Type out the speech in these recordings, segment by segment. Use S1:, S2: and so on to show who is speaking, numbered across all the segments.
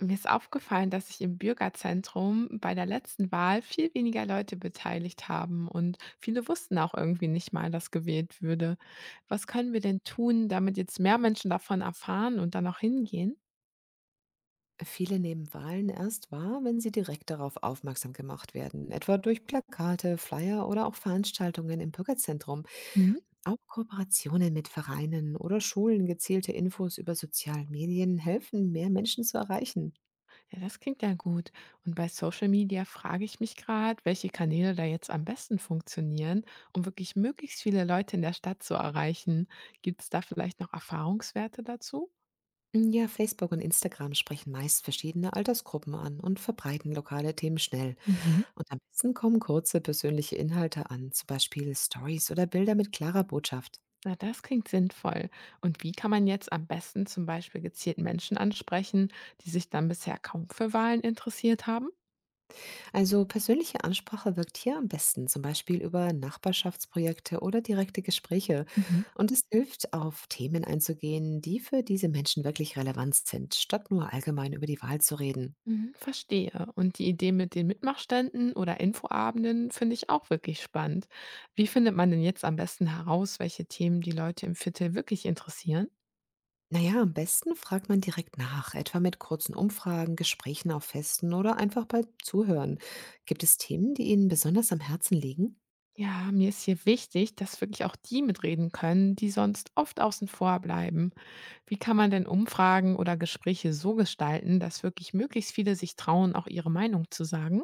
S1: Mir ist aufgefallen, dass sich im Bürgerzentrum bei der letzten Wahl viel weniger Leute beteiligt haben und viele wussten auch irgendwie nicht mal, dass gewählt würde. Was können wir denn tun, damit jetzt mehr Menschen davon erfahren und dann auch hingehen?
S2: Viele nehmen Wahlen erst wahr, wenn sie direkt darauf aufmerksam gemacht werden, etwa durch Plakate, Flyer oder auch Veranstaltungen im Bürgerzentrum.
S1: Mhm.
S2: Auch Kooperationen mit Vereinen oder Schulen, gezielte Infos über sozialen Medien helfen, mehr Menschen zu erreichen.
S1: Ja, das klingt ja gut. Und bei Social Media frage ich mich gerade, welche Kanäle da jetzt am besten funktionieren, um wirklich möglichst viele Leute in der Stadt zu erreichen. Gibt es da vielleicht noch Erfahrungswerte dazu?
S2: Ja, Facebook und Instagram sprechen meist verschiedene Altersgruppen an und verbreiten lokale Themen schnell.
S1: Mhm.
S2: Und am besten kommen kurze persönliche Inhalte an, zum Beispiel Stories oder Bilder mit klarer Botschaft.
S1: Na, das klingt sinnvoll. Und wie kann man jetzt am besten zum Beispiel gezielt Menschen ansprechen, die sich dann bisher kaum für Wahlen interessiert haben?
S2: Also persönliche Ansprache wirkt hier am besten, zum Beispiel über Nachbarschaftsprojekte oder direkte Gespräche.
S1: Mhm.
S2: Und es hilft, auf Themen einzugehen, die für diese Menschen wirklich relevant sind, statt nur allgemein über die Wahl zu reden.
S1: Mhm, verstehe. Und die Idee mit den Mitmachständen oder Infoabenden finde ich auch wirklich spannend. Wie findet man denn jetzt am besten heraus, welche Themen die Leute im Viertel wirklich interessieren?
S2: Naja, am besten fragt man direkt nach, etwa mit kurzen Umfragen, Gesprächen auf Festen oder einfach bei Zuhören. Gibt es Themen, die Ihnen besonders am Herzen liegen?
S1: Ja, mir ist hier wichtig, dass wirklich auch die mitreden können, die sonst oft außen vor bleiben. Wie kann man denn Umfragen oder Gespräche so gestalten, dass wirklich möglichst viele sich trauen, auch ihre Meinung zu sagen?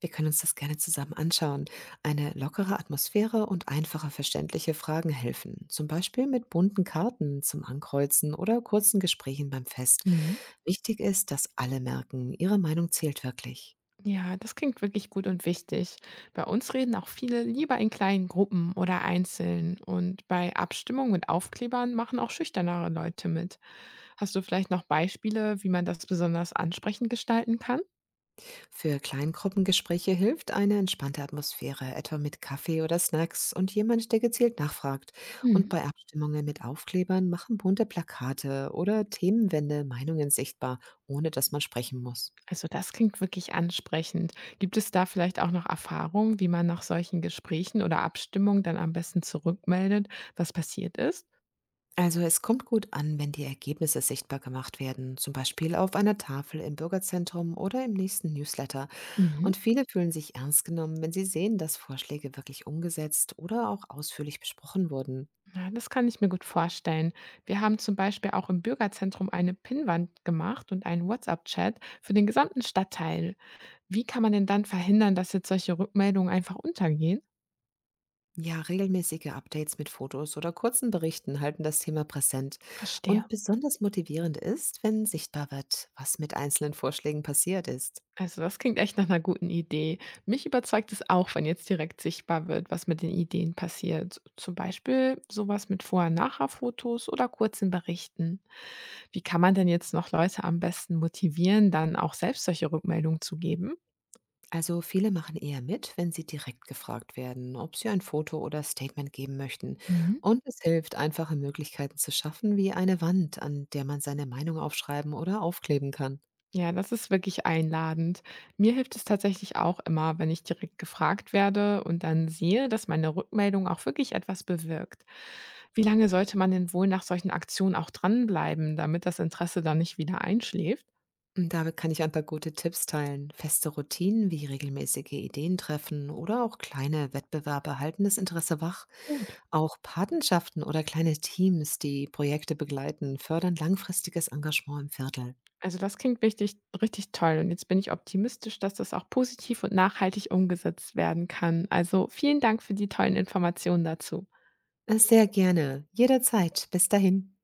S2: Wir können uns das gerne zusammen anschauen. Eine lockere Atmosphäre und einfache verständliche Fragen helfen. Zum Beispiel mit bunten Karten zum Ankreuzen oder kurzen Gesprächen beim Fest.
S1: Mhm.
S2: Wichtig ist, dass alle merken, ihre Meinung zählt wirklich.
S1: Ja, das klingt wirklich gut und wichtig. Bei uns reden auch viele lieber in kleinen Gruppen oder einzeln. Und bei Abstimmungen mit Aufklebern machen auch schüchternere Leute mit. Hast du vielleicht noch Beispiele, wie man das besonders ansprechend gestalten kann?
S2: Für Kleingruppengespräche hilft eine entspannte Atmosphäre, etwa mit Kaffee oder Snacks und jemand, der gezielt nachfragt. Und bei Abstimmungen mit Aufklebern machen bunte Plakate oder Themenwände Meinungen sichtbar, ohne dass man sprechen muss.
S1: Also das klingt wirklich ansprechend. Gibt es da vielleicht auch noch Erfahrungen, wie man nach solchen Gesprächen oder Abstimmungen dann am besten zurückmeldet, was passiert ist?
S2: Also es kommt gut an, wenn die Ergebnisse sichtbar gemacht werden, zum Beispiel auf einer Tafel im Bürgerzentrum oder im nächsten Newsletter.
S1: Mhm.
S2: Und viele fühlen sich ernst genommen, wenn sie sehen, dass Vorschläge wirklich umgesetzt oder auch ausführlich besprochen wurden.
S1: Ja, das kann ich mir gut vorstellen. Wir haben zum Beispiel auch im Bürgerzentrum eine Pinnwand gemacht und einen WhatsApp-Chat für den gesamten Stadtteil. Wie kann man denn dann verhindern, dass jetzt solche Rückmeldungen einfach untergehen?
S2: Ja, regelmäßige Updates mit Fotos oder kurzen Berichten halten das Thema präsent.
S1: Verstehe.
S2: Und besonders motivierend ist, wenn sichtbar wird, was mit einzelnen Vorschlägen passiert ist.
S1: Also, das klingt echt nach einer guten Idee. Mich überzeugt es auch, wenn jetzt direkt sichtbar wird, was mit den Ideen passiert. Zum Beispiel sowas mit Vor und Nachher-Fotos oder kurzen Berichten. Wie kann man denn jetzt noch Leute am besten motivieren, dann auch selbst solche Rückmeldungen zu geben?
S2: Also viele machen eher mit, wenn sie direkt gefragt werden, ob sie ein Foto oder Statement geben möchten.
S1: Mhm.
S2: Und es hilft, einfache Möglichkeiten zu schaffen, wie eine Wand, an der man seine Meinung aufschreiben oder aufkleben kann.
S1: Ja, das ist wirklich einladend. Mir hilft es tatsächlich auch immer, wenn ich direkt gefragt werde und dann sehe, dass meine Rückmeldung auch wirklich etwas bewirkt. Wie lange sollte man denn wohl nach solchen Aktionen auch dranbleiben, damit das Interesse dann nicht wieder einschläft?
S2: Und damit kann ich ein paar gute Tipps teilen. Feste Routinen wie regelmäßige Ideentreffen oder auch kleine Wettbewerbe halten das Interesse wach.
S1: Gut.
S2: Auch Patenschaften oder kleine Teams, die Projekte begleiten, fördern langfristiges Engagement im Viertel.
S1: Also das klingt richtig, richtig toll. Und jetzt bin ich optimistisch, dass das auch positiv und nachhaltig umgesetzt werden kann. Also vielen Dank für die tollen Informationen dazu.
S2: Sehr gerne, jederzeit. Bis dahin.